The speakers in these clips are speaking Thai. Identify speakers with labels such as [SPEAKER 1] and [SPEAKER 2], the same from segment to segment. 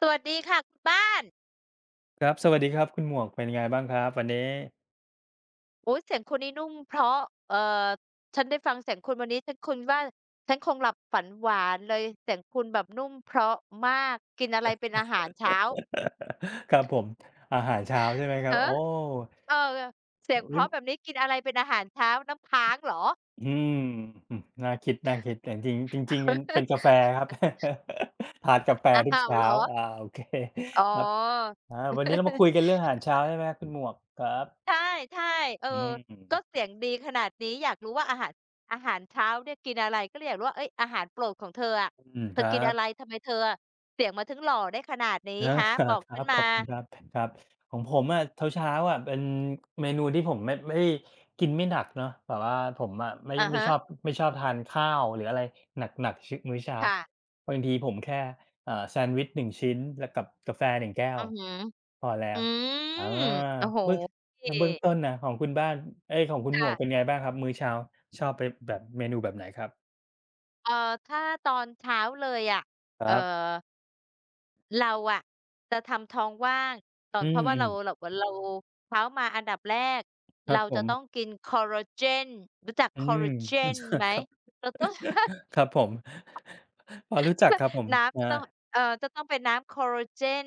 [SPEAKER 1] สวัสดีค่ะคุณบ้าน
[SPEAKER 2] ครับสวัสดีครับคุณหมวกเป็นไงบ้างครับวันนี้
[SPEAKER 1] โอ้ยเสียงคุณนี่นุ่มเพราะเอ่อฉันได้ฟังเสียงคุณวันนี้ฉันคุณว่าฉันคงหลับฝันหวานเลยเสียงคุณแบบนุ่มเพราะมากกินอะไรเป็นอาหารเช้า
[SPEAKER 2] ครับผมอาหารเช้าใช่ไหมครับ
[SPEAKER 1] ฮะ
[SPEAKER 2] โอ้
[SPEAKER 1] เออเสียงเพ
[SPEAKER 2] หรือ
[SPEAKER 1] ราะแบบนี้กินอะไรเป็นอาหารเช้าน้ำค้างเหรอ
[SPEAKER 2] อืมอืมน่าคิดน่าคิดแต่จริงจริงๆเป็นเป็นกาแฟครับ ทานกาแฟ
[SPEAKER 1] อ้
[SPEAKER 2] ทุก
[SPEAKER 1] าว
[SPEAKER 2] เช้า
[SPEAKER 1] เหรอ
[SPEAKER 2] อาโอเค
[SPEAKER 1] อ๋อ
[SPEAKER 2] ครับอาวันนี้เรามาคุย กันเรื่องอาหารเช้าใช่ไหมครับคุณหมวกครับ
[SPEAKER 1] ใช่ๆเออ
[SPEAKER 2] อื
[SPEAKER 1] ก็เสี
[SPEAKER 2] ม
[SPEAKER 1] ยงดีขนาดนี้ อยากรู้ว่าอาหารอาหารเช้าเนี่ยกินอะไรก็เลยอยากรู้ว่าเฮ้ยอาหารโปรดของเธออะ
[SPEAKER 2] อืม
[SPEAKER 1] เธ
[SPEAKER 2] ค
[SPEAKER 1] อ
[SPEAKER 2] รั
[SPEAKER 1] กินอะไร
[SPEAKER 2] บ
[SPEAKER 1] ทำไมเธออะเสียงมาถึงหล่อได้ขนาดนี้
[SPEAKER 2] อา
[SPEAKER 1] ฮะ
[SPEAKER 2] ค
[SPEAKER 1] บอกฉั
[SPEAKER 2] รั
[SPEAKER 1] น
[SPEAKER 2] บข
[SPEAKER 1] มา
[SPEAKER 2] อบคุณครับครับของผมอะเช้าๆอะเป็นเมนูที่ผมไม่กินไม่หนักเนาะแบบว่าผมอะไม่
[SPEAKER 1] อะ
[SPEAKER 2] ไม่
[SPEAKER 1] ฮะ
[SPEAKER 2] ชอบไม่ชอบทานข้าวหรืออะไรหนักๆชึมื้อเช้า
[SPEAKER 1] ค่ะ
[SPEAKER 2] บางทีผมแค่แซนด์วิช1ชิ้นแล้วกับกาแฟ1แก้
[SPEAKER 1] อื
[SPEAKER 2] ว
[SPEAKER 1] อฮึ
[SPEAKER 2] พอแล้
[SPEAKER 1] อื
[SPEAKER 2] วอา
[SPEAKER 1] มโอ้โฮ
[SPEAKER 2] เบื้องเบื้องต้นน่ะของคุณบ้านเอ๊ยของคุณหม
[SPEAKER 1] ค่ะ
[SPEAKER 2] วกเป็นไงบ้างครับมื้อเช้าชอบไปแบบเมนูแบบไหนครับ
[SPEAKER 1] เอ่อถ้าตอนเช้าเลยอะ
[SPEAKER 2] ค
[SPEAKER 1] เอ่
[SPEAKER 2] รับ
[SPEAKER 1] อ เราอะจะทำท้องว่างตอน
[SPEAKER 2] อื
[SPEAKER 1] เพราะว่า
[SPEAKER 2] ม
[SPEAKER 1] เรา
[SPEAKER 2] ๆ
[SPEAKER 1] เราเช้ามาอันดับแรก
[SPEAKER 2] ครั
[SPEAKER 1] เรา
[SPEAKER 2] บผ
[SPEAKER 1] จะ
[SPEAKER 2] ม
[SPEAKER 1] ต้องกินคอลลาเจนรู้จัก
[SPEAKER 2] อื
[SPEAKER 1] คอล
[SPEAKER 2] ม
[SPEAKER 1] ลาเจนไหม
[SPEAKER 2] ครับ
[SPEAKER 1] เราต้อง
[SPEAKER 2] ครับผมพอรู้จักครับผม
[SPEAKER 1] น้ำจะ
[SPEAKER 2] อา
[SPEAKER 1] ต้องจะต้องเป็นน้ำค o ลล a เจน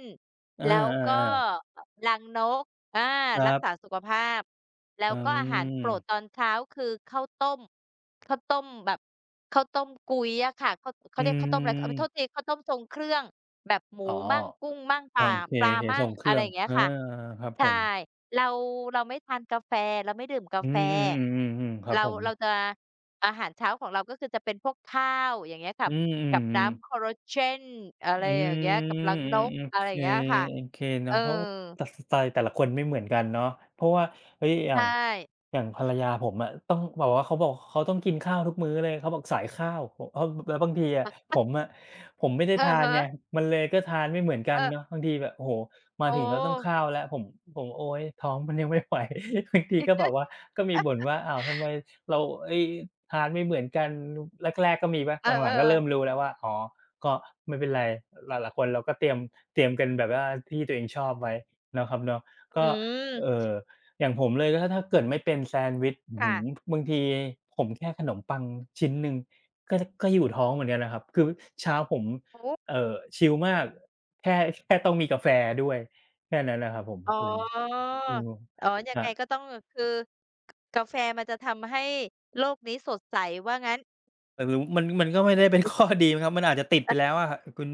[SPEAKER 2] อา
[SPEAKER 1] แล้ว
[SPEAKER 2] อ่า
[SPEAKER 1] ก็
[SPEAKER 2] อ่า
[SPEAKER 1] อรังนกอา
[SPEAKER 2] ค
[SPEAKER 1] รั
[SPEAKER 2] รั
[SPEAKER 1] กษา
[SPEAKER 2] บ
[SPEAKER 1] สุขภาพแล้ว
[SPEAKER 2] อื
[SPEAKER 1] ก็อาหารโปรดตอ
[SPEAKER 2] ม
[SPEAKER 1] นเช้าคือข้าวต้มข้าวต้มแบบข้าวต้มก๊้ยอะค่ะข้าวเขา
[SPEAKER 2] อื
[SPEAKER 1] เรียกข้าวต้มอะไรเออโทษที
[SPEAKER 2] ม
[SPEAKER 1] ข้าวต้มทรงเครื่องแบบหมู
[SPEAKER 2] อ๋อ
[SPEAKER 1] มั่งกุ้งมั่ง
[SPEAKER 2] โอ
[SPEAKER 1] ป่า
[SPEAKER 2] เค
[SPEAKER 1] ปลา
[SPEAKER 2] เห
[SPEAKER 1] มั่
[SPEAKER 2] ส่
[SPEAKER 1] ง
[SPEAKER 2] งเค
[SPEAKER 1] อะ
[SPEAKER 2] รื่
[SPEAKER 1] ไร
[SPEAKER 2] อง
[SPEAKER 1] อย่างเงี้ย
[SPEAKER 2] อ่า
[SPEAKER 1] ค่ะ
[SPEAKER 2] ครับผ
[SPEAKER 1] ใช่
[SPEAKER 2] ม
[SPEAKER 1] เราเราไม่ทานกาแฟเราไม่ดื่มกา
[SPEAKER 2] อื
[SPEAKER 1] แฟ
[SPEAKER 2] มอืมอืมอืมอืมครับ
[SPEAKER 1] เรา
[SPEAKER 2] ผม
[SPEAKER 1] เราจะ อาหารเช้าของเราก็คือจะเป็นพวกข้าวอย่างเงี้ยค่ะ
[SPEAKER 2] อืมอืม
[SPEAKER 1] กับ
[SPEAKER 2] อื
[SPEAKER 1] น้ำ
[SPEAKER 2] ม
[SPEAKER 1] collagen อะไร
[SPEAKER 2] อื
[SPEAKER 1] อย่างเงี้ยกับ
[SPEAKER 2] ม
[SPEAKER 1] รังนก
[SPEAKER 2] โอ
[SPEAKER 1] อะไร
[SPEAKER 2] เค
[SPEAKER 1] อย่างเงี้ยค่ะ
[SPEAKER 2] โอเค
[SPEAKER 1] เออ
[SPEAKER 2] เนาะเพราะว่าแต่สไตล์แต่ละคนไม่เหมือนกันเนาะเพราะว่าเฮ้ยอ
[SPEAKER 1] ใช
[SPEAKER 2] ย่าง
[SPEAKER 1] ่
[SPEAKER 2] อย่างภรรยาผมอะต้องแบบว่าเขาบอกเขาต้องกินข้าวทุกมื้อเลยเขาบอกสายข้าวผมอ้าวแล้วบางทีอะผมอะผมไม่ได้
[SPEAKER 1] อะ
[SPEAKER 2] ทานไง
[SPEAKER 1] ฮะ
[SPEAKER 2] มันเลยก็ทานไม่เหมือนกั
[SPEAKER 1] เอ
[SPEAKER 2] น
[SPEAKER 1] อ
[SPEAKER 2] เนาะบางทีแบบโอ้โฮมา
[SPEAKER 1] โอ้
[SPEAKER 2] ถึงก็ต้องข้าวแล้วผมผมโอ๊ยท้องมันยังไม่ไหว บางทีก็แบบว่าก็มีบ่นว่าอ้าวทำไมเราเฮ้ยทานไม่เหมือนกันแรกๆก็มีเป
[SPEAKER 1] เออ
[SPEAKER 2] ล่าหลังๆก็เริ่ม
[SPEAKER 1] ๆ
[SPEAKER 2] รู้แล้วว่าอ๋อ ก็ไม่เป็นไร หลายๆคนเราก็เตรียมกันแบบว่าที่ตัวเองชอบไว้เนาะครับเนาะ
[SPEAKER 1] อื
[SPEAKER 2] ก็เอ่
[SPEAKER 1] ม
[SPEAKER 2] ออย่างผมเลยก็ถ้าเกิดไม่เป็นแซนด์วิชอื้อฮื
[SPEAKER 1] ค่ะ
[SPEAKER 2] อบางทีผมแค่ขนมปังชิ้นหนึ่งก็ก็อยู่ท้องเหมือนกันนะครับคือเช้าผม
[SPEAKER 1] โอ้
[SPEAKER 2] ชิลมากแค่แค่ต้องมีกาแฟด้วยแค่นั้นนะครับผม
[SPEAKER 1] อ๋
[SPEAKER 2] อืม
[SPEAKER 1] อ
[SPEAKER 2] อืม
[SPEAKER 1] อ๋อยัง
[SPEAKER 2] อา
[SPEAKER 1] ไงก็ต้องคือกาแฟมันจะทำให้โลกนี้สดใสว่างั้น
[SPEAKER 2] แต่หรือมันก็ไม่ได้เป็นข้อดีมั้งครับมันอาจจะติดไปแล้วอะคุณ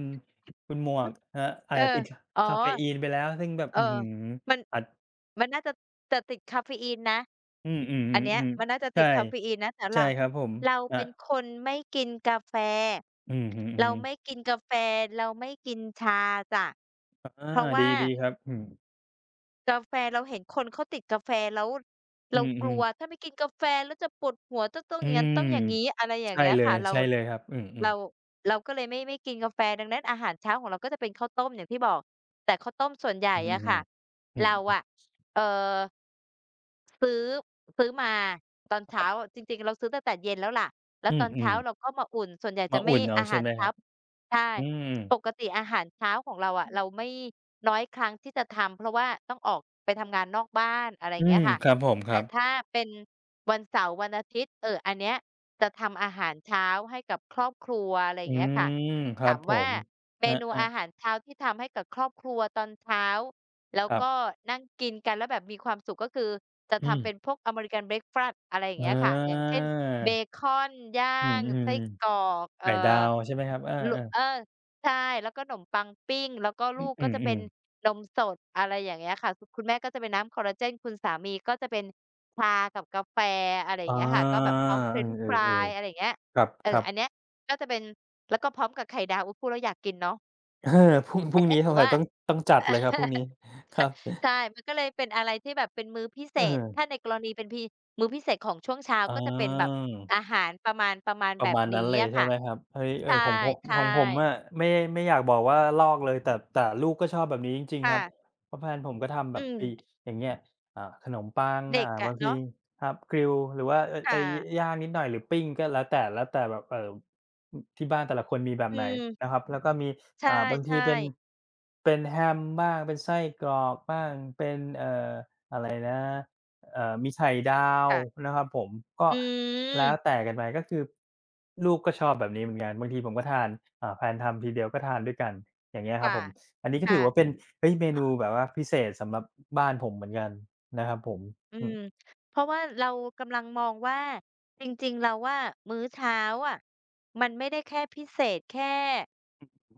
[SPEAKER 2] คุณหมวก ครับอา
[SPEAKER 1] เอ
[SPEAKER 2] จ
[SPEAKER 1] อ
[SPEAKER 2] จะติดค
[SPEAKER 1] อ๋อ
[SPEAKER 2] กาเฟอีนไปแล้วซึ่งแบบ
[SPEAKER 1] เออ
[SPEAKER 2] อื้อฮือ
[SPEAKER 1] มัน
[SPEAKER 2] อัด
[SPEAKER 1] มันน่าจะจะติดกาเฟอีนนะ
[SPEAKER 2] อื
[SPEAKER 1] อันเนี้ย
[SPEAKER 2] ม
[SPEAKER 1] มัน
[SPEAKER 2] ๆ
[SPEAKER 1] น่า
[SPEAKER 2] ๆ
[SPEAKER 1] จะ
[SPEAKER 2] ๆ
[SPEAKER 1] ติ
[SPEAKER 2] ใช่
[SPEAKER 1] ดกาเฟอีนนะแต่
[SPEAKER 2] ใช่
[SPEAKER 1] เรา
[SPEAKER 2] ครับผม
[SPEAKER 1] เรา
[SPEAKER 2] ครั
[SPEAKER 1] เป็
[SPEAKER 2] บ
[SPEAKER 1] นคนไม่กินกาแฟ
[SPEAKER 2] อือฮึ
[SPEAKER 1] เราไม่
[SPEAKER 2] ๆ
[SPEAKER 1] กินกาแฟเราไม่กินชาจ้ะ
[SPEAKER 2] อา
[SPEAKER 1] เพราะว่า
[SPEAKER 2] ดีดีครับอืม
[SPEAKER 1] กาแฟเราเห็นคนเขาติดกาแฟแล้ว
[SPEAKER 2] อื
[SPEAKER 1] เรากลั
[SPEAKER 2] ม
[SPEAKER 1] ว
[SPEAKER 2] ๆ
[SPEAKER 1] ถ้าไม่กินกาแฟแล้วจะปวดหัวจะต้องอ
[SPEAKER 2] อื
[SPEAKER 1] ย่างงั้น
[SPEAKER 2] ม
[SPEAKER 1] ต้องอย่างงี้อะไรอย่าง
[SPEAKER 2] ใช่
[SPEAKER 1] เงี้ย
[SPEAKER 2] เลย
[SPEAKER 1] ค่ะเรา
[SPEAKER 2] ใช่เลยครับอืม
[SPEAKER 1] เรา
[SPEAKER 2] ๆ
[SPEAKER 1] เราก็เลยไม่กินกาแฟดังนั้นอาหารเช้าของเราก็จะเป็นข้าวต้มอย่างที่บอกแต่ข้าวต้มส่วนใหญ่
[SPEAKER 2] อื
[SPEAKER 1] อะค่ะ
[SPEAKER 2] อๆอื
[SPEAKER 1] เรา
[SPEAKER 2] ม
[SPEAKER 1] อะเอ่อซื้อซื้อมาตอน
[SPEAKER 2] ค
[SPEAKER 1] เช้า
[SPEAKER 2] รับ
[SPEAKER 1] จริงๆเราซื้อตั้งแต่เย็นแล้วล่ะแล้ว
[SPEAKER 2] อื
[SPEAKER 1] ตอนเช้า
[SPEAKER 2] มๆ
[SPEAKER 1] เราก็มาอุ่นส่วนใหญ่จะ
[SPEAKER 2] มา
[SPEAKER 1] ไม่
[SPEAKER 2] อุ่นเอา
[SPEAKER 1] อาหา
[SPEAKER 2] ใช่
[SPEAKER 1] ร
[SPEAKER 2] ไหมค
[SPEAKER 1] เช้า
[SPEAKER 2] รับ
[SPEAKER 1] ใช่
[SPEAKER 2] อืม
[SPEAKER 1] ปกติอาหารเช้าของเราอะเราไม่น้อยครั้งที่จะทำเพราะว่าต้องออกไปทำงานนอกบ้านอะไรอ
[SPEAKER 2] อื
[SPEAKER 1] ย่างเงี้ย
[SPEAKER 2] ม
[SPEAKER 1] ค่ะ
[SPEAKER 2] ครับผมค
[SPEAKER 1] แต่
[SPEAKER 2] รับ
[SPEAKER 1] ถ้าเป็นวันเสาร์วันอาทิตย์อันเนี้ยจะทำอาหารเช้าให้กับครอบครัวอะไรอย่า
[SPEAKER 2] อื
[SPEAKER 1] งเงี้ยค่ะ
[SPEAKER 2] มครั
[SPEAKER 1] ถา
[SPEAKER 2] บ
[SPEAKER 1] ม
[SPEAKER 2] ผ
[SPEAKER 1] ว่า
[SPEAKER 2] ม
[SPEAKER 1] เม
[SPEAKER 2] ครั
[SPEAKER 1] นูอาหาร
[SPEAKER 2] บ
[SPEAKER 1] เช้าที่ทำให้กับครอบครัวตอนเช้าแล้ว
[SPEAKER 2] ๆครับ
[SPEAKER 1] ก็นั่งกินกันแล้วแบบมีความสุขก็คือจะ
[SPEAKER 2] อืม
[SPEAKER 1] ทำเป็นพวก American breakfast อะไรอย่าง
[SPEAKER 2] อ
[SPEAKER 1] เงี้ยค่ะอย่างเช่น เบ
[SPEAKER 2] า
[SPEAKER 1] คอนย่า
[SPEAKER 2] อื
[SPEAKER 1] งไส้
[SPEAKER 2] ม
[SPEAKER 1] กรอก
[SPEAKER 2] ๆไข่ดาวใช่ไหมครับอา
[SPEAKER 1] ลุเออใช่แล้วก็ขนมปังปิ้งแล้วก็
[SPEAKER 2] ๆ
[SPEAKER 1] ลูก
[SPEAKER 2] อื
[SPEAKER 1] ก็จะเป็น
[SPEAKER 2] มๆ
[SPEAKER 1] นมสดอะไรอย่างเงี้ยค่ะคุณแม่ก็จะเป็นน้ำคอลลาเจนคุณสามีก็จะเป็นชากับกาแฟอะไรอย่าง
[SPEAKER 2] อา
[SPEAKER 1] เงี้ยค่ะก็แบบพร้อมเฟ
[SPEAKER 2] เ
[SPEAKER 1] รนช์
[SPEAKER 2] อ
[SPEAKER 1] ฟรา
[SPEAKER 2] อ
[SPEAKER 1] ยอะไรอ
[SPEAKER 2] ๆ
[SPEAKER 1] ย่างเงี้ย
[SPEAKER 2] ๆคร
[SPEAKER 1] เออ
[SPEAKER 2] ับ
[SPEAKER 1] อันเนี้ย
[SPEAKER 2] ๆ
[SPEAKER 1] ก็จะเป็นแล้วก็พร้อมกับไข่ดาวอุ๊ยพูดแล้วอยากกินเนาะ
[SPEAKER 2] เออ พรุ่งพ
[SPEAKER 1] อั
[SPEAKER 2] รุ่
[SPEAKER 1] น
[SPEAKER 2] ง
[SPEAKER 1] เนี้ย
[SPEAKER 2] นี้ส
[SPEAKER 1] ถือ
[SPEAKER 2] งสัย
[SPEAKER 1] ว่า
[SPEAKER 2] ต้องต้องจัดเลยครับพรุ่งนี้ครับ
[SPEAKER 1] ใช่ มันก็เลยเป็นอะไรที่แบบเป็นมื้อพิเศ
[SPEAKER 2] เ
[SPEAKER 1] ษ ถ้า
[SPEAKER 2] ออ
[SPEAKER 1] ในกรณีเป็นพีมื้อพิเศษของช่วงเช้า
[SPEAKER 2] อา
[SPEAKER 1] ก็จะเป็นแบบอาหารประมาณประมาณ
[SPEAKER 2] ป
[SPEAKER 1] แบ
[SPEAKER 2] ระ
[SPEAKER 1] บ
[SPEAKER 2] มาณนั้น
[SPEAKER 1] นี้
[SPEAKER 2] เลย
[SPEAKER 1] อะ
[SPEAKER 2] ใช่
[SPEAKER 1] ค่ะ
[SPEAKER 2] ไหมครับเฮ้ยเอ
[SPEAKER 1] ใช่
[SPEAKER 2] อของผม
[SPEAKER 1] ใช่
[SPEAKER 2] อะไม่ไม่อยากบอกว่าลอกเลยแต่ลูกก็ชอบแบบนี้จริงๆครับ
[SPEAKER 1] ค่ะ
[SPEAKER 2] เพราะแฟนผมก็ทำแบ
[SPEAKER 1] อื
[SPEAKER 2] บ
[SPEAKER 1] ม
[SPEAKER 2] ไอ้อย่างเงี้ยอ่าขนมปัง
[SPEAKER 1] เด็ก
[SPEAKER 2] อ่า
[SPEAKER 1] อะ
[SPEAKER 2] บางที
[SPEAKER 1] เนาะ
[SPEAKER 2] ครับกริลหรือว่า
[SPEAKER 1] ค
[SPEAKER 2] ไอ้
[SPEAKER 1] ่ะ
[SPEAKER 2] ย่างนิดหน่อยหรือปิ้งก็แล้วแต่แล้วแต่แบบอที่บ้านแต่ละคนมีแบบ
[SPEAKER 1] อื
[SPEAKER 2] ไหนนะค
[SPEAKER 1] ม
[SPEAKER 2] รับแล้วก็มี
[SPEAKER 1] ใ
[SPEAKER 2] อ่าบางที
[SPEAKER 1] ช่
[SPEAKER 2] เป็น
[SPEAKER 1] ๆ
[SPEAKER 2] แฮมบ้างเป็นไส้กรอกบ้างเป็นอะไรนะ มีไข่ดาว
[SPEAKER 1] ค่ะ
[SPEAKER 2] นะครับผมก็
[SPEAKER 1] อื
[SPEAKER 2] แล้ว
[SPEAKER 1] ม
[SPEAKER 2] แต่กันไปก็คือลูกก็ชอบแบบนี้เหมือนกันบางทีผมก็ทานอ่าแฟนทำทีเดียวก็ทานด้วยกันอย่างเงี้ยครับ
[SPEAKER 1] ค่ะ
[SPEAKER 2] ผมอันนี้ก็ถือว่าเป็
[SPEAKER 1] ค่ะ
[SPEAKER 2] นเฮ้ยเมนูแบบว่าพิเศษสำหรับบ้านผมเหมือนกันนะครับผม
[SPEAKER 1] อื
[SPEAKER 2] อือ
[SPEAKER 1] มเพราะว่าเรากำลังมองว่าจริงๆเราว่ามื้อเช้าอะมันไม่ได้แค่พิเศษแค่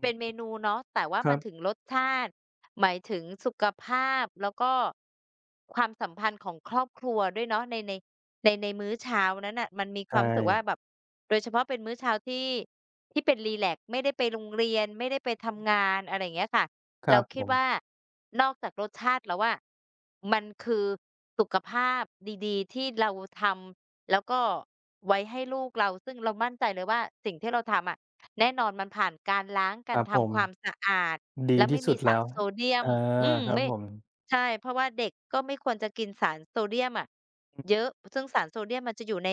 [SPEAKER 1] เป็นเม
[SPEAKER 2] ฮึ
[SPEAKER 1] นูเนาะแต่ว่า
[SPEAKER 2] ค
[SPEAKER 1] มั
[SPEAKER 2] รั
[SPEAKER 1] นถึง
[SPEAKER 2] บ
[SPEAKER 1] รสชาติหมายถึงสุขภาพแล้วก็ความสัมพันธ์ของครอบครัวด้วยเนาะในมื้อเช้านั้นน่ะมันมีค
[SPEAKER 2] ใช่
[SPEAKER 1] วามรู้สึกว่าแบบโดยเฉพาะเป็นมื้อเช้าที่ที่เป็นรีแลกซ์ไม่ได้ไปโรงเรียนไม่ได้ไปทำงานอะไรอย่างเงี้ยค่ะ
[SPEAKER 2] ค
[SPEAKER 1] เรา
[SPEAKER 2] รับผ
[SPEAKER 1] คิด
[SPEAKER 2] ม
[SPEAKER 1] ว่านอกจากรสชาติแล้วอะมันคือสุขภาพดีๆที่เราทำแล้วก็ไว้ให้ลูกเราซึ่งเรามั่นใจเลยว่าสิ่งที่เราทำอะแน่นอนมันผ่านการล้าง
[SPEAKER 2] ค
[SPEAKER 1] การ
[SPEAKER 2] รับผม
[SPEAKER 1] ทำความสะอาด
[SPEAKER 2] ดี
[SPEAKER 1] และไม่
[SPEAKER 2] ที่สุ
[SPEAKER 1] มี
[SPEAKER 2] ด
[SPEAKER 1] สา
[SPEAKER 2] แล้
[SPEAKER 1] ร
[SPEAKER 2] ว
[SPEAKER 1] โซเดียม
[SPEAKER 2] เอ
[SPEAKER 1] อื
[SPEAKER 2] อ
[SPEAKER 1] ม
[SPEAKER 2] ครับ
[SPEAKER 1] ไม่
[SPEAKER 2] ผม
[SPEAKER 1] ใช่เพราะว่าเด็กก็ไม่ควรจะกินสารโซเดียมอะเยอะซึ่งสารโซเดียมมันจะอยู่ใน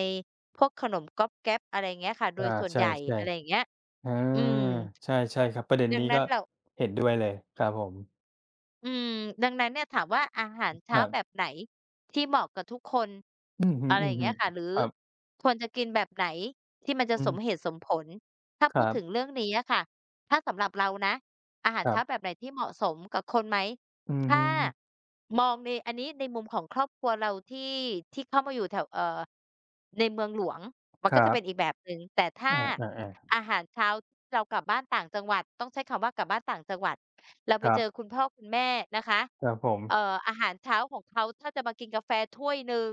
[SPEAKER 1] พวกขนมก๊อบแก๊บอะไรอย่างเงี้ยค่ะโดย
[SPEAKER 2] อา
[SPEAKER 1] ส่วน
[SPEAKER 2] ใช่
[SPEAKER 1] ใหญ่อะไรอย่างเงี้ย
[SPEAKER 2] ๆอา
[SPEAKER 1] อืม
[SPEAKER 2] ใช่ใช่ครับประเด็น
[SPEAKER 1] ดัง
[SPEAKER 2] นี้
[SPEAKER 1] นั้
[SPEAKER 2] ก็
[SPEAKER 1] นเรา
[SPEAKER 2] เห็นด้วยเลยครับผม
[SPEAKER 1] อืมดังนั้นเนี่ยถามว่าอาหาร
[SPEAKER 2] ค
[SPEAKER 1] เช้า
[SPEAKER 2] รั
[SPEAKER 1] แบบ
[SPEAKER 2] บ
[SPEAKER 1] ไหนที่เหมาะกับทุกคน
[SPEAKER 2] อือฮ
[SPEAKER 1] อะไรอย่าง
[SPEAKER 2] ึ
[SPEAKER 1] เงี้ยค่ะหรื
[SPEAKER 2] ๆ
[SPEAKER 1] อ
[SPEAKER 2] ครับ
[SPEAKER 1] ควรจะกินแบบไหนที่มันจะ
[SPEAKER 2] อื
[SPEAKER 1] สมเห
[SPEAKER 2] ม
[SPEAKER 1] ตุสมผลถ้า
[SPEAKER 2] ค
[SPEAKER 1] พูด
[SPEAKER 2] รั
[SPEAKER 1] ถึง
[SPEAKER 2] บ
[SPEAKER 1] เรื่องนี้อะค่ะถ้าสำหรับเรานะอาหาร
[SPEAKER 2] ครั
[SPEAKER 1] เช้าแบ
[SPEAKER 2] บ
[SPEAKER 1] บไหนที่เหมาะสมกับคนไหม
[SPEAKER 2] อื
[SPEAKER 1] ถ้า
[SPEAKER 2] ม
[SPEAKER 1] มองในอันนี้ในมุมของครอบครัวเราที่เข้ามาอยู่แถวในเมืองหลวงมัน
[SPEAKER 2] ค
[SPEAKER 1] ก็
[SPEAKER 2] รั
[SPEAKER 1] จะเป็นอีก
[SPEAKER 2] บ
[SPEAKER 1] แบบหนึ่งแต่ถ้า
[SPEAKER 2] อาๆ
[SPEAKER 1] อาหารเช้าเรากลับบ้านต่างจังหวัดต้องใช้คำว่ากลับบ้านต่างจังหวัดเรา
[SPEAKER 2] ๆค
[SPEAKER 1] ไป
[SPEAKER 2] รั
[SPEAKER 1] เจ
[SPEAKER 2] บ
[SPEAKER 1] อคุณพ่อคุณแม่นะคะ
[SPEAKER 2] ครับผม
[SPEAKER 1] อาหารเช้าของเขาถ้าจะมากินกาแฟถ้วยหนึ่ง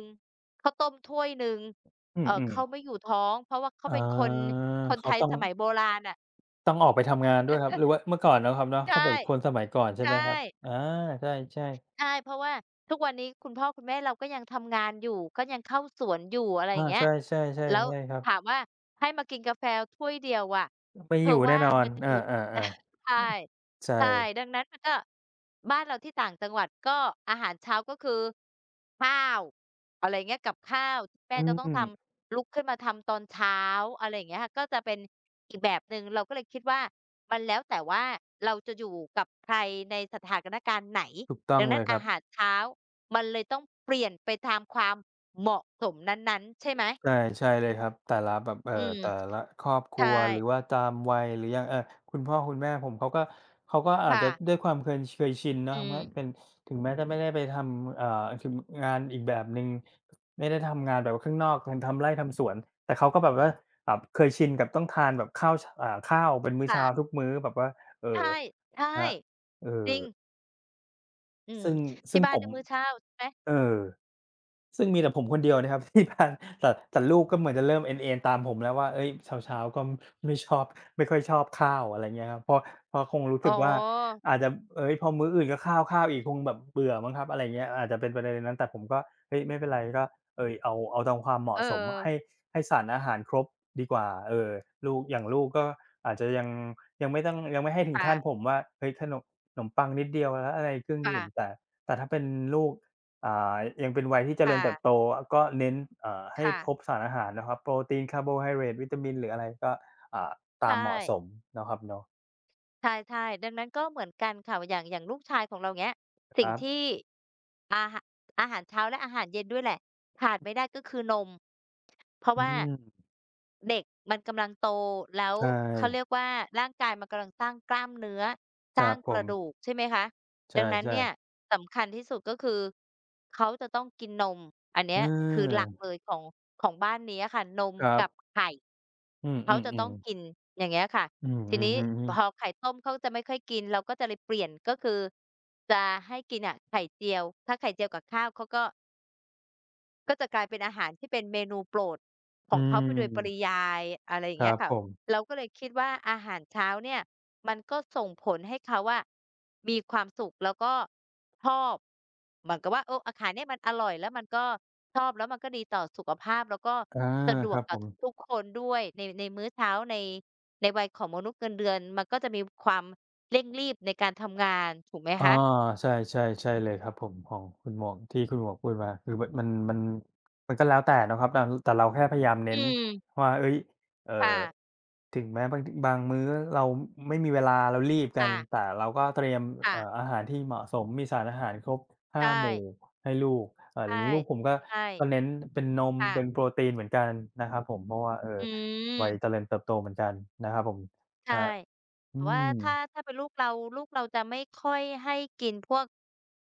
[SPEAKER 1] ข้าวต้มถ้วยหนึ่ง
[SPEAKER 2] อืม
[SPEAKER 1] เขาไม่อยู่ท้องเพราะว่าเขา
[SPEAKER 2] ๆอา
[SPEAKER 1] เป็นคนคนไท
[SPEAKER 2] เขา
[SPEAKER 1] ย
[SPEAKER 2] ต้อง
[SPEAKER 1] สมัยโบราณอะ
[SPEAKER 2] ออกไปทำงานด้วยครับหรือว่าเมื่อก่อนเนาะครับเนาะ
[SPEAKER 1] ใช่
[SPEAKER 2] ถ้าแบบคนสมัยก่อนใช่
[SPEAKER 1] ใช่
[SPEAKER 2] ไหมครับอาใช่
[SPEAKER 1] ใช่
[SPEAKER 2] ๆ
[SPEAKER 1] เพราะว่าทุกวันนี้คุณพ่อคุณแม่เราก็ยังทำงานอยู่ก็ยังเข้าสวนอยู่อะไรอย่า
[SPEAKER 2] อา
[SPEAKER 1] งเงี้ย
[SPEAKER 2] ใช่ๆๆใ
[SPEAKER 1] แล้ว
[SPEAKER 2] ช่ครับ
[SPEAKER 1] ถามว่าให้มากินกาแฟถ้วยเดียวอะ
[SPEAKER 2] ไม่
[SPEAKER 1] เธ
[SPEAKER 2] อ
[SPEAKER 1] อ
[SPEAKER 2] ยู่แน่
[SPEAKER 1] ว่า
[SPEAKER 2] นอน
[SPEAKER 1] มันจะอ
[SPEAKER 2] อา
[SPEAKER 1] ยู่
[SPEAKER 2] ๆ
[SPEAKER 1] ใช่
[SPEAKER 2] ๆอือ
[SPEAKER 1] ใช่
[SPEAKER 2] ใช่
[SPEAKER 1] ดังนั้นมันก็บ้านเราที่ต่างจังหวัดก็อาหารเช้าก็คือข้าวอะไรอย่างเงี้ยกับข้าวที่แม่
[SPEAKER 2] อื
[SPEAKER 1] จะต้องท
[SPEAKER 2] ม
[SPEAKER 1] ำลุกขึ้นมาทำตอนเช้าอะไรอย่างเงี้ยค่ะก็จะเป็นอีกแบบหนึ่งเราก็เลยคิดว่ามันแล้วแต่ว่าเราจะอยู่กับใครในสถานการณ์ไหน
[SPEAKER 2] ถูกต้อ
[SPEAKER 1] ดั
[SPEAKER 2] ง
[SPEAKER 1] ง
[SPEAKER 2] เล
[SPEAKER 1] นั้น
[SPEAKER 2] ยค
[SPEAKER 1] อา
[SPEAKER 2] รับ
[SPEAKER 1] หารเช้ามันเลยต้องเปลี่ยนไปตามความเหมาะสมนั้นๆใช่ไหม
[SPEAKER 2] ใช่ใช่เลยครับแต่ละแบบ
[SPEAKER 1] อืม
[SPEAKER 2] แต่ละครอบครั
[SPEAKER 1] ใช่
[SPEAKER 2] วหรือว่าตามวัยหรืออย่างคุณพ่อคุณแม่ผมเขาก็อาจ
[SPEAKER 1] ค่ะ
[SPEAKER 2] จะด้วยความเคยชินเนาะ
[SPEAKER 1] อืม
[SPEAKER 2] ว่าเป็นถึงแม้จะไม่ได้ไปทำถึงงานอีกแบบหนึ่งไม่ได้ทำงานแบบว่าข้างนอกทำไร่ทำสวนแต่เขาก็แบบว่าแบบเคยชินกับต้องทานแบบข้าวชอ่าข้าวเป็นมื้อเช้าทุ
[SPEAKER 1] ค่ะ
[SPEAKER 2] กมื้อแบบว่าเอ่อ
[SPEAKER 1] ใช่ใช่
[SPEAKER 2] ครับเอ่
[SPEAKER 1] จ
[SPEAKER 2] อ
[SPEAKER 1] ริงอืม
[SPEAKER 2] ซึ่ง
[SPEAKER 1] ที่
[SPEAKER 2] ซึ่ง
[SPEAKER 1] บ้าน
[SPEAKER 2] ผม
[SPEAKER 1] เนี่ยมื้อเช้าใช่ไหม
[SPEAKER 2] เออ ซึ่งมีแต่ผมคนเดียวนะครับ ที่บ้านแต่ลูกก็เหมือนจะเริ่มเอนๆตามผมแล้วว่าเฮ้ยเช้าๆก็ไม่ชอบ ไม่ค่อยชอบข้าวอะไรเงี้ยครับเพราะเพราะคงรู้
[SPEAKER 1] อ๋อ
[SPEAKER 2] สึกว่าอาจจะเฮ้ยพอมื้ออื่นก็ข้าวๆอีกคงแบบเบื่อมั้งครับอะไรเงี้ยอาจจะเป็นประเด็นนั้นแต่ผมก็เฮ้ยไม่เป็นไรก็เอ่ยเอาเอาตามความเห
[SPEAKER 1] เอ
[SPEAKER 2] มาะ
[SPEAKER 1] อ
[SPEAKER 2] สมให้ให้สารอาหารครบดีกว่าเออลูกอย่างลูกก็อาจจะยังยังไม่ต้องยังไม่ให้ถึง
[SPEAKER 1] ค่ะ
[SPEAKER 2] ขั้นผมว่าเฮ้ยขนมขนมปังนิดเดียวแล้วอะไรเครื่องดื่ม
[SPEAKER 1] ค่ะ
[SPEAKER 2] แต่แต่ถ้าเป็นลูก อ่ายังเป็นวัยที่เจ
[SPEAKER 1] ค
[SPEAKER 2] ริญเติบโต
[SPEAKER 1] ่ะ
[SPEAKER 2] ก็เน้นให้
[SPEAKER 1] ค่ะ
[SPEAKER 2] ครบสารอาหารนะครับโปรตีน คาร์โบไฮเดรตวิตามิน หรืออะไรก็อ่า
[SPEAKER 1] ใช
[SPEAKER 2] ตามเหมาะสม
[SPEAKER 1] ่
[SPEAKER 2] เนาะครับเนาะ
[SPEAKER 1] ใช่ๆดังนั้นก็เหมือนกันค่ะอย่างลูกชายของเราเงี้ย
[SPEAKER 2] ค
[SPEAKER 1] สิ่ง
[SPEAKER 2] รับ
[SPEAKER 1] ที่ อาหอาหารเช้าและอาหารเย็นด้วยแหละขาดไม่ได้ก็คือนมเพราะ
[SPEAKER 2] อื
[SPEAKER 1] ว่า
[SPEAKER 2] ม
[SPEAKER 1] เด็กมันกำลังโตแล้ว
[SPEAKER 2] ใช่
[SPEAKER 1] เขาเรียกว่าร่างกายมันกำลังสร้างกล้ามเนื้อส
[SPEAKER 2] ค
[SPEAKER 1] ร้า
[SPEAKER 2] รั
[SPEAKER 1] ง
[SPEAKER 2] บผ
[SPEAKER 1] ก
[SPEAKER 2] ม
[SPEAKER 1] ระดูกใช่ไหมคะ
[SPEAKER 2] ใช
[SPEAKER 1] ดังนั้น
[SPEAKER 2] ่
[SPEAKER 1] เนี่ย
[SPEAKER 2] ๆ
[SPEAKER 1] สำคัญที่สุดก็คือเขาจะต้องกินนมอันเนี้
[SPEAKER 2] เอ
[SPEAKER 1] ยคือหลั
[SPEAKER 2] อ
[SPEAKER 1] กเลยของบ้านนี้อะค่ะนม
[SPEAKER 2] ครับ
[SPEAKER 1] กับไข่
[SPEAKER 2] อืม
[SPEAKER 1] เขาจะต้อง
[SPEAKER 2] ๆ
[SPEAKER 1] กิ
[SPEAKER 2] ๆ
[SPEAKER 1] นอย่างเงี้ยค่ะ
[SPEAKER 2] อืม
[SPEAKER 1] ที
[SPEAKER 2] อือ
[SPEAKER 1] นี้
[SPEAKER 2] ฮึ
[SPEAKER 1] พอ
[SPEAKER 2] ๆ
[SPEAKER 1] ไข่ต้มเขาจะไม่ค่อยกินเราก็จะเลยเปลี่ยนก็คือจะให้กินอะไข่เจียวถ้าไข่เจียวกับข้าวเขาก็ ก็จะกลายเป็นอาหารที่เป็นเมนูโปรดข
[SPEAKER 2] อื
[SPEAKER 1] องเขาไปโดยปริ
[SPEAKER 2] ม
[SPEAKER 1] ยายอะไรอย่า
[SPEAKER 2] ค
[SPEAKER 1] งเงี้
[SPEAKER 2] รั
[SPEAKER 1] ย
[SPEAKER 2] บ
[SPEAKER 1] ค่ะ
[SPEAKER 2] ผม
[SPEAKER 1] เราก็เลยคิดว่าอาหารเช้าเนี่ยมันก็ส่งผลให้เขาอะมีความสุขแล้วก็ชอบเหมือนกับว่าเอออาหารเนี่ยมันอร่อยแล้วมันก็ชอบแล้วมันก็ดีต่อสุขภาพแล้วก็
[SPEAKER 2] อา
[SPEAKER 1] สะดว
[SPEAKER 2] ค
[SPEAKER 1] ก
[SPEAKER 2] รับ
[SPEAKER 1] กั
[SPEAKER 2] ผ
[SPEAKER 1] บ
[SPEAKER 2] ม
[SPEAKER 1] ทุกๆคนด้วยในมื้อเช้าในวัยของมนุษย์เงินเดือนมันก็จะมีความเร่งรีบในการทำงานถูกไหม
[SPEAKER 2] อา
[SPEAKER 1] คะ
[SPEAKER 2] ใช่ๆใช่เลยครับผมของคุณหมวกที่คุณหมวกพูดมาคือแบบมันมันก็แล้วแต่เนาะครับแต่แต่เราแค่พยายามเน้
[SPEAKER 1] อื
[SPEAKER 2] น
[SPEAKER 1] ม
[SPEAKER 2] ว่าเฮ้ยเอ่อ
[SPEAKER 1] ค่ะ
[SPEAKER 2] ถึงแม้บางทบางมื้อเราไม่มีเวลาเรารีบกัน
[SPEAKER 1] ค่ะ
[SPEAKER 2] แต่เราก็เตรียม
[SPEAKER 1] ค่ะ
[SPEAKER 2] อาหารที่เหมาะสมมีสารอาหารครบ
[SPEAKER 1] ค่ะใช
[SPEAKER 2] ห้าหมู่
[SPEAKER 1] ่
[SPEAKER 2] ให้ลูกอย่า
[SPEAKER 1] ใช่
[SPEAKER 2] งลูกผมก็
[SPEAKER 1] ใช่
[SPEAKER 2] ก็เน้นเป็นนม
[SPEAKER 1] ค่ะ
[SPEAKER 2] เป็นโปรตีนเหมือนกันนะครับผมเพราะว่า
[SPEAKER 1] อื
[SPEAKER 2] วัยเจ
[SPEAKER 1] ม
[SPEAKER 2] ริญเติบโตเหมือนกันนะครับผมค
[SPEAKER 1] ใช่
[SPEAKER 2] รับอื
[SPEAKER 1] แต่ว่า
[SPEAKER 2] ม
[SPEAKER 1] ถ้าเป็นลูกเราลูกเราจะไม่ค่อยให้กินพวก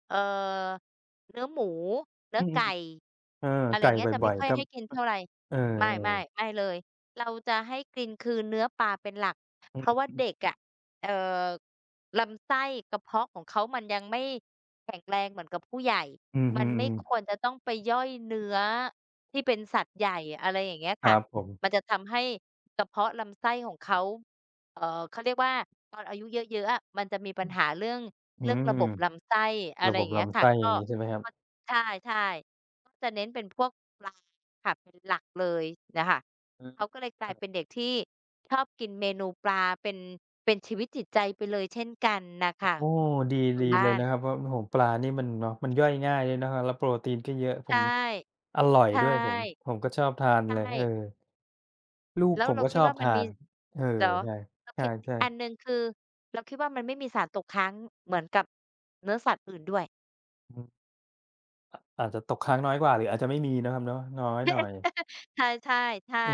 [SPEAKER 1] เอ่อเนื้อหมูเนื้
[SPEAKER 2] อื
[SPEAKER 1] อ
[SPEAKER 2] ม
[SPEAKER 1] ไก่
[SPEAKER 2] ๆเออ
[SPEAKER 1] อะไร
[SPEAKER 2] ไก่
[SPEAKER 1] เงี้ยจะ
[SPEAKER 2] บ่
[SPEAKER 1] ไม่
[SPEAKER 2] อย
[SPEAKER 1] ค่อ
[SPEAKER 2] ๆ
[SPEAKER 1] ย
[SPEAKER 2] ก็
[SPEAKER 1] ให้กินเท่าไร
[SPEAKER 2] เออ
[SPEAKER 1] ไม่ๆไม่
[SPEAKER 2] ๆ
[SPEAKER 1] เลยเราจะให้กินคือเนื้อปลาเป็นหลัก
[SPEAKER 2] อื
[SPEAKER 1] เพ
[SPEAKER 2] อ
[SPEAKER 1] ราะว่าเด็ก
[SPEAKER 2] ๆ
[SPEAKER 1] อะเอ่อลำไส้กระเพาะของเขามันยังไม่แข็งแรงเหมือนกับผู้ใหญ่
[SPEAKER 2] อือ
[SPEAKER 1] มั
[SPEAKER 2] ฮึ
[SPEAKER 1] นไม่ควร
[SPEAKER 2] ๆ
[SPEAKER 1] จะต้องไปย่อยเนื้อที่เป็นสัตว์ใหญ่อะไรอย่างเงี้ย
[SPEAKER 2] ค
[SPEAKER 1] ค่ะ
[SPEAKER 2] รับผม
[SPEAKER 1] มันจะทำให้กระเพาะลำไส้ของเขา เอ่อเขาเรียกว่าตอนอายุเยอะๆอะมันจะมีปัญหาเรื่อง
[SPEAKER 2] อื
[SPEAKER 1] เรื่องระ
[SPEAKER 2] ม
[SPEAKER 1] บบลำไส้อะไร
[SPEAKER 2] ระบ
[SPEAKER 1] อ
[SPEAKER 2] บ
[SPEAKER 1] ย่างเงี้ย
[SPEAKER 2] ลำ
[SPEAKER 1] ค่ะ
[SPEAKER 2] ไส้อ
[SPEAKER 1] ก็
[SPEAKER 2] ย่างงี้ใช่ไหมครับ
[SPEAKER 1] ก็ใช่ๆก็จะเน้นเป็นพวกปลาค่ะเป็นหลักเลยน่ะค่ะเขาก็เลยกลาย
[SPEAKER 2] ออ
[SPEAKER 1] เป็นเด็กที่ชอบกินเมนูปลาเป็นเป็นชีวิตจิตใจไปเลยเช่นกันน่ะค่ะ
[SPEAKER 2] โอ้ดี
[SPEAKER 1] คุณ
[SPEAKER 2] ดี
[SPEAKER 1] บ้า
[SPEAKER 2] เลย
[SPEAKER 1] น
[SPEAKER 2] นะครับเพราะโอ้โฮปลานี่มันเนาะมันย่อยง่ายด้วยนะครับแล้วโปรตีนก็เยอะผ
[SPEAKER 1] ใช่
[SPEAKER 2] มอร่อย
[SPEAKER 1] ใช่
[SPEAKER 2] ด้วยผมผมก็ชอบทาน
[SPEAKER 1] ใช
[SPEAKER 2] เลยเออ
[SPEAKER 1] ่
[SPEAKER 2] ลูก
[SPEAKER 1] แล้ว
[SPEAKER 2] ผม
[SPEAKER 1] เรา
[SPEAKER 2] ก็
[SPEAKER 1] คิ
[SPEAKER 2] ช
[SPEAKER 1] ด
[SPEAKER 2] อบ
[SPEAKER 1] ว่ามัน
[SPEAKER 2] ทา
[SPEAKER 1] มี
[SPEAKER 2] นเออ
[SPEAKER 1] เหรอ
[SPEAKER 2] ใช่
[SPEAKER 1] เราคิดอีก
[SPEAKER 2] ใช่
[SPEAKER 1] อันหนึ่งคือเราคิดว่ามันไม่มีสารตกค้างเหมือนกับเนื้อสัตว์อื่นด้วย
[SPEAKER 2] ๆอืมอาจจะตกค้างน้อยกว่าหรืออาจจะไม่มีนะครับเนาะน้อยหน่อย
[SPEAKER 1] ใช่ๆใช่
[SPEAKER 2] เอ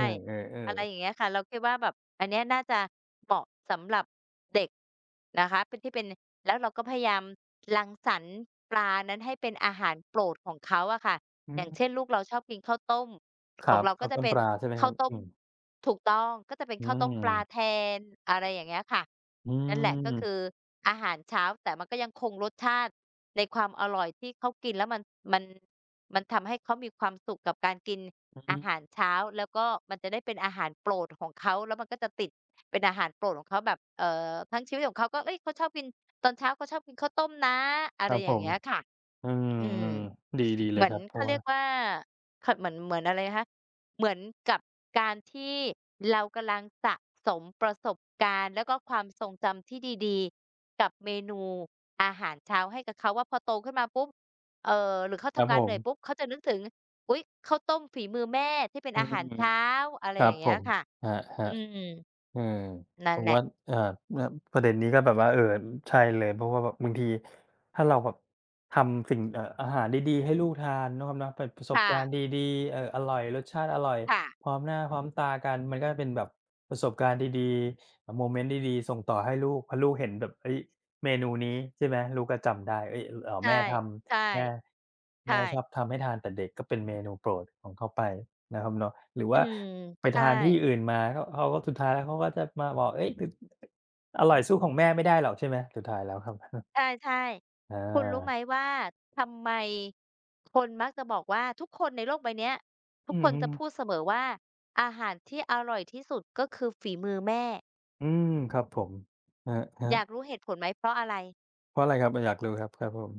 [SPEAKER 1] อะ
[SPEAKER 2] อ
[SPEAKER 1] ไรอ
[SPEAKER 2] ๆ
[SPEAKER 1] ย่าง
[SPEAKER 2] ๆ
[SPEAKER 1] เงี้ยค่ะเราคิดว่าแบบอันเนี้ยน่าจะเหมาะสำหรับเด็กนะคะเป็นที่เป็นแล้วเราก็พยายามรังสรรค์ปลานั้นให้เป็นอาหารโปรดของเขาอะค่ะ
[SPEAKER 2] อื
[SPEAKER 1] อย่างเช่น
[SPEAKER 2] ม
[SPEAKER 1] ลูกเราชอบกินข้าวต้ม
[SPEAKER 2] ค
[SPEAKER 1] ของ
[SPEAKER 2] รับ
[SPEAKER 1] เราก็
[SPEAKER 2] ข้าว
[SPEAKER 1] จะ
[SPEAKER 2] ต้ม
[SPEAKER 1] เป็
[SPEAKER 2] ป
[SPEAKER 1] น
[SPEAKER 2] ลาใช่ไหมค
[SPEAKER 1] ข้า
[SPEAKER 2] รั
[SPEAKER 1] ว
[SPEAKER 2] บ
[SPEAKER 1] ต้ม
[SPEAKER 2] อืม
[SPEAKER 1] ถูกต้องก็จะเป็น
[SPEAKER 2] อื
[SPEAKER 1] ข้าวต้มปลาแท
[SPEAKER 2] ม
[SPEAKER 1] นอะไรอย่างเงี้ยค่ะ
[SPEAKER 2] อื
[SPEAKER 1] นั่นแหละก็คือ
[SPEAKER 2] ม
[SPEAKER 1] อาหารเช้าแต่มันก็ยังคงรสชาติในความอร่อยที่เขากินแล้วมันมันทำให้เขามีความสุขกับการกิน
[SPEAKER 2] อื
[SPEAKER 1] อาหา
[SPEAKER 2] ม
[SPEAKER 1] รเช้าแล้วก็มันจะได้เป็นอาหารโปรดของเขาแล้วมันก็จะติดเป็นอาหารโปรดของเขาแบบทั้งชีวิตของเขาก็เฮ้ยเขาชอบกินตอนเช้าเขาชอบกินข้าวต้มนะอะ
[SPEAKER 2] ค
[SPEAKER 1] ไร
[SPEAKER 2] รับ
[SPEAKER 1] อ
[SPEAKER 2] ผ
[SPEAKER 1] ย่าง
[SPEAKER 2] ม
[SPEAKER 1] เงี้ยค่ะ
[SPEAKER 2] อื
[SPEAKER 1] อืม
[SPEAKER 2] มๆดีดีเล
[SPEAKER 1] เห
[SPEAKER 2] ย
[SPEAKER 1] มือ
[SPEAKER 2] ค
[SPEAKER 1] น
[SPEAKER 2] รับเพ
[SPEAKER 1] เขา
[SPEAKER 2] ราะ
[SPEAKER 1] เรี
[SPEAKER 2] ว่า
[SPEAKER 1] ยกว่าขเหมือนอะไรนะคะเหมือนกับการที่เรากำลังสะสมประสบการณ์แล้วก็ความทรงจำที่ดีๆกับเมนูอาหารเช้าให้กับเขาว่าพอโตขึ้นมาปุ๊บเอ่อหรือเขา
[SPEAKER 2] ครับ
[SPEAKER 1] ทำ
[SPEAKER 2] ผ
[SPEAKER 1] งานเหนื่อยปุ๊บ
[SPEAKER 2] ม
[SPEAKER 1] เขาจะนึกถึงอุ๊ยข้าวต้มฝีมือแม่ที่เป็น
[SPEAKER 2] อื
[SPEAKER 1] อา
[SPEAKER 2] ม
[SPEAKER 1] หารเช้าอะไร
[SPEAKER 2] ครั
[SPEAKER 1] อ
[SPEAKER 2] บ
[SPEAKER 1] ย่าง
[SPEAKER 2] ผ
[SPEAKER 1] เงี้ย
[SPEAKER 2] ม
[SPEAKER 1] ค่ะ
[SPEAKER 2] ครับ
[SPEAKER 1] อืม
[SPEAKER 2] ๆ อืมผ
[SPEAKER 1] นั่น
[SPEAKER 2] ม
[SPEAKER 1] แหละ
[SPEAKER 2] ว่าเอ่านะประเด็นนี้ก็แบบว่าเออใช่เลยเพราะว่าแบบบางทีถ้าเราแบบทำสิ่งอาหารดีๆให้ลูกทานเนาะครับเนาะเป็นประสบ
[SPEAKER 1] ค่ะ
[SPEAKER 2] การณ์ดีๆอร่อยรสชาติอร่อย
[SPEAKER 1] ค่ะ
[SPEAKER 2] พร้อมหน้าพร้อมตากันมันก็เป็นแบบประสบการณ์ดีๆอ่โมเมนต์ดีๆส่งต่อให้ลูกพอลูกเห็นแบบเฮ้ยเมนูนี้ใช่ไหมลูกก็จำได้เฮ้ย
[SPEAKER 1] ใช่
[SPEAKER 2] แม่ท
[SPEAKER 1] ใช่
[SPEAKER 2] ำแม่
[SPEAKER 1] ใช่
[SPEAKER 2] ชอบทำให้ทานแต่เด็กก็เป็นเมนูโปรดของเขาไปนะครับเนาะหรือ
[SPEAKER 1] อื
[SPEAKER 2] ว่า
[SPEAKER 1] ม
[SPEAKER 2] ไป
[SPEAKER 1] ใช่
[SPEAKER 2] ทานที่อื่นมาก็เขาก็สุดท้ายแล้วเขาก็จะมาบอกเฮ้ยตึอร่อยสู้ของแม่ไม่ได้หรอกใช่ไหมสุดท้ายแล้วครับ
[SPEAKER 1] ใช่
[SPEAKER 2] อ
[SPEAKER 1] ๆคุณรู้ไหม
[SPEAKER 2] า
[SPEAKER 1] ว่าทำไมคนมักจะบอกว่าทุกคนในโลกใบเนี้ยทุ
[SPEAKER 2] อื
[SPEAKER 1] กคนจะ
[SPEAKER 2] ม
[SPEAKER 1] พูด
[SPEAKER 2] ๆ
[SPEAKER 1] เสมอว่าอาหารที่อร่อยที่สุดก็คือฝีมือแม่
[SPEAKER 2] อืมครับผมครั
[SPEAKER 1] อยาก
[SPEAKER 2] บ
[SPEAKER 1] รู้เหตุผลไหมเพราะอะไร
[SPEAKER 2] ๆเพราะอะไรครับอยากรู้ครับครับผม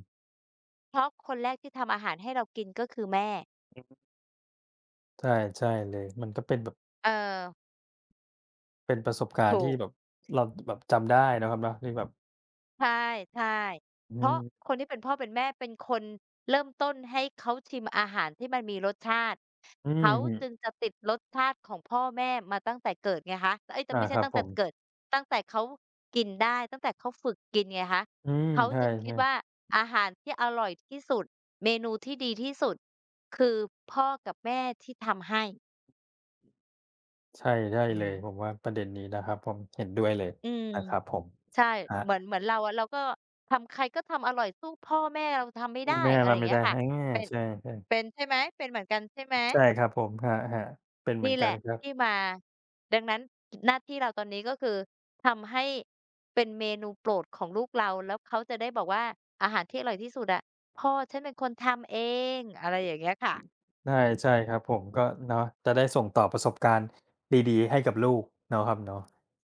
[SPEAKER 1] เพราะคนแรกที่ทำอาหารให้เรากินก็คือแม่
[SPEAKER 2] ใช่ใช่เลยมันก็เป็นแบบ
[SPEAKER 1] เออ
[SPEAKER 2] เป็นประสบการณ์
[SPEAKER 1] ถู
[SPEAKER 2] ที่
[SPEAKER 1] ก
[SPEAKER 2] แบบเราแบบจำได้เนาะครับเนาะที่แบบ
[SPEAKER 1] ใช่ใช่
[SPEAKER 2] อื
[SPEAKER 1] เพราะ
[SPEAKER 2] ม
[SPEAKER 1] คนที่เป็นพ่อเป็นแม่เป็นคนเริ่มต้นให้เขาชิมอาหารที่มันมีรสชาติ
[SPEAKER 2] อื
[SPEAKER 1] เขา
[SPEAKER 2] ม
[SPEAKER 1] จึงจะติดรสชาติของพ่อแม่มาตั้งแต่เกิดไงคะเอ๊ยแต่
[SPEAKER 2] อา
[SPEAKER 1] ไม่ใช่
[SPEAKER 2] ครับ
[SPEAKER 1] ตั้ง
[SPEAKER 2] ผ
[SPEAKER 1] แต่
[SPEAKER 2] ม
[SPEAKER 1] เกิดตั้งแต่เขากินได้ตั้งแต่เขาฝึกกินไงคะ
[SPEAKER 2] อืม
[SPEAKER 1] เขา
[SPEAKER 2] ใช่
[SPEAKER 1] จึงคิดว่าอาหารที่อร่อยที่สุดเมนูที่ดีที่สุดคือพ่อกับแม่ที่ทำให้
[SPEAKER 2] ๆใช่ได้
[SPEAKER 1] อื
[SPEAKER 2] เล
[SPEAKER 1] ม
[SPEAKER 2] ยผมว่าประเด็นนี้นะครับผมเห็นด้วยเลย
[SPEAKER 1] อืม
[SPEAKER 2] นะครับผม
[SPEAKER 1] ใช่
[SPEAKER 2] ครั
[SPEAKER 1] เหมือ
[SPEAKER 2] บ
[SPEAKER 1] นเราอะเราก็ทำใครก็ทำอร่อยสู้พ่อแม่เราทำไม่
[SPEAKER 2] สู้
[SPEAKER 1] ได้
[SPEAKER 2] แม่
[SPEAKER 1] อะไร
[SPEAKER 2] เรา
[SPEAKER 1] อย่าง
[SPEAKER 2] ไม่
[SPEAKER 1] เงี้ย
[SPEAKER 2] ได้
[SPEAKER 1] ค่ะ
[SPEAKER 2] อา
[SPEAKER 1] เป็น
[SPEAKER 2] ใช่ๆ
[SPEAKER 1] ใช่ไหมเป็นเหมือนกันใช่ไหม
[SPEAKER 2] ใช่ครับผมครับครับเป็นเหมือ
[SPEAKER 1] นี่
[SPEAKER 2] น
[SPEAKER 1] แห
[SPEAKER 2] กัน
[SPEAKER 1] ละ
[SPEAKER 2] ครับ
[SPEAKER 1] ที่มา ดังนั้นหน้าที่เราตอนนี้ก็คือทำให้เป็นเมนูโปรดของลูกเรา แล้วเขาจะได้บอกว่าอาหารที่อร่อยที่สุดอะพ่อฉันเป็นคนทำเองอะไรอย่างเงี้ยค่ะ
[SPEAKER 2] ใช่ใช่ครับผมก็เนาะจะได้ส่งต่อประสบการณ์ดีๆให้กับลูกเนาะครับเนาะ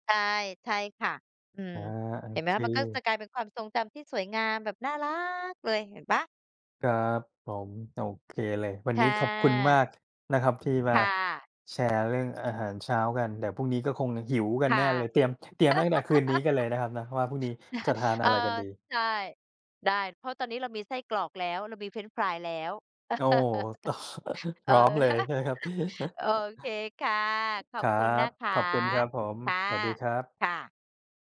[SPEAKER 1] ใช่ใช่ค่ะอืม
[SPEAKER 2] อาโอ
[SPEAKER 1] เห็นไหม
[SPEAKER 2] เค
[SPEAKER 1] คะมันก็จะกลายเป็นความทรงจำที่สวยงามแบบน่ารักเลยเห็นเปล่า
[SPEAKER 2] ครับผมโอเคเลยวันนี้
[SPEAKER 1] ค่ะ
[SPEAKER 2] ขอบคุณมากนะครับที่มา
[SPEAKER 1] ค่ะ
[SPEAKER 2] แชร์เรื่องอาหารเช้ากันเดี๋ยวพรุ่งนี้ก็คงหิวกันแน่
[SPEAKER 1] ค่ะ
[SPEAKER 2] เลยเตรียมเตรียมตั้งแต่คืนนี้กันเลยนะครับนะว่าพรุ่งนี้จะทาน
[SPEAKER 1] เออ
[SPEAKER 2] อะไรกันดี
[SPEAKER 1] ใช่ได้เพราะตอนนี้เรามีไส้กรอกแล้วเรามีเฟรนช์ฟรายแล้ว
[SPEAKER 2] โอ้ พ
[SPEAKER 1] เออ
[SPEAKER 2] ร้อมเลย ใช่ไหมครับ
[SPEAKER 1] โอเคค่ะขอ
[SPEAKER 2] ค
[SPEAKER 1] บคุณ
[SPEAKER 2] รับ
[SPEAKER 1] นะคะ
[SPEAKER 2] ขอบคุณครับผม
[SPEAKER 1] ค่ะ
[SPEAKER 2] สวัสดีครับ
[SPEAKER 1] ค่ะ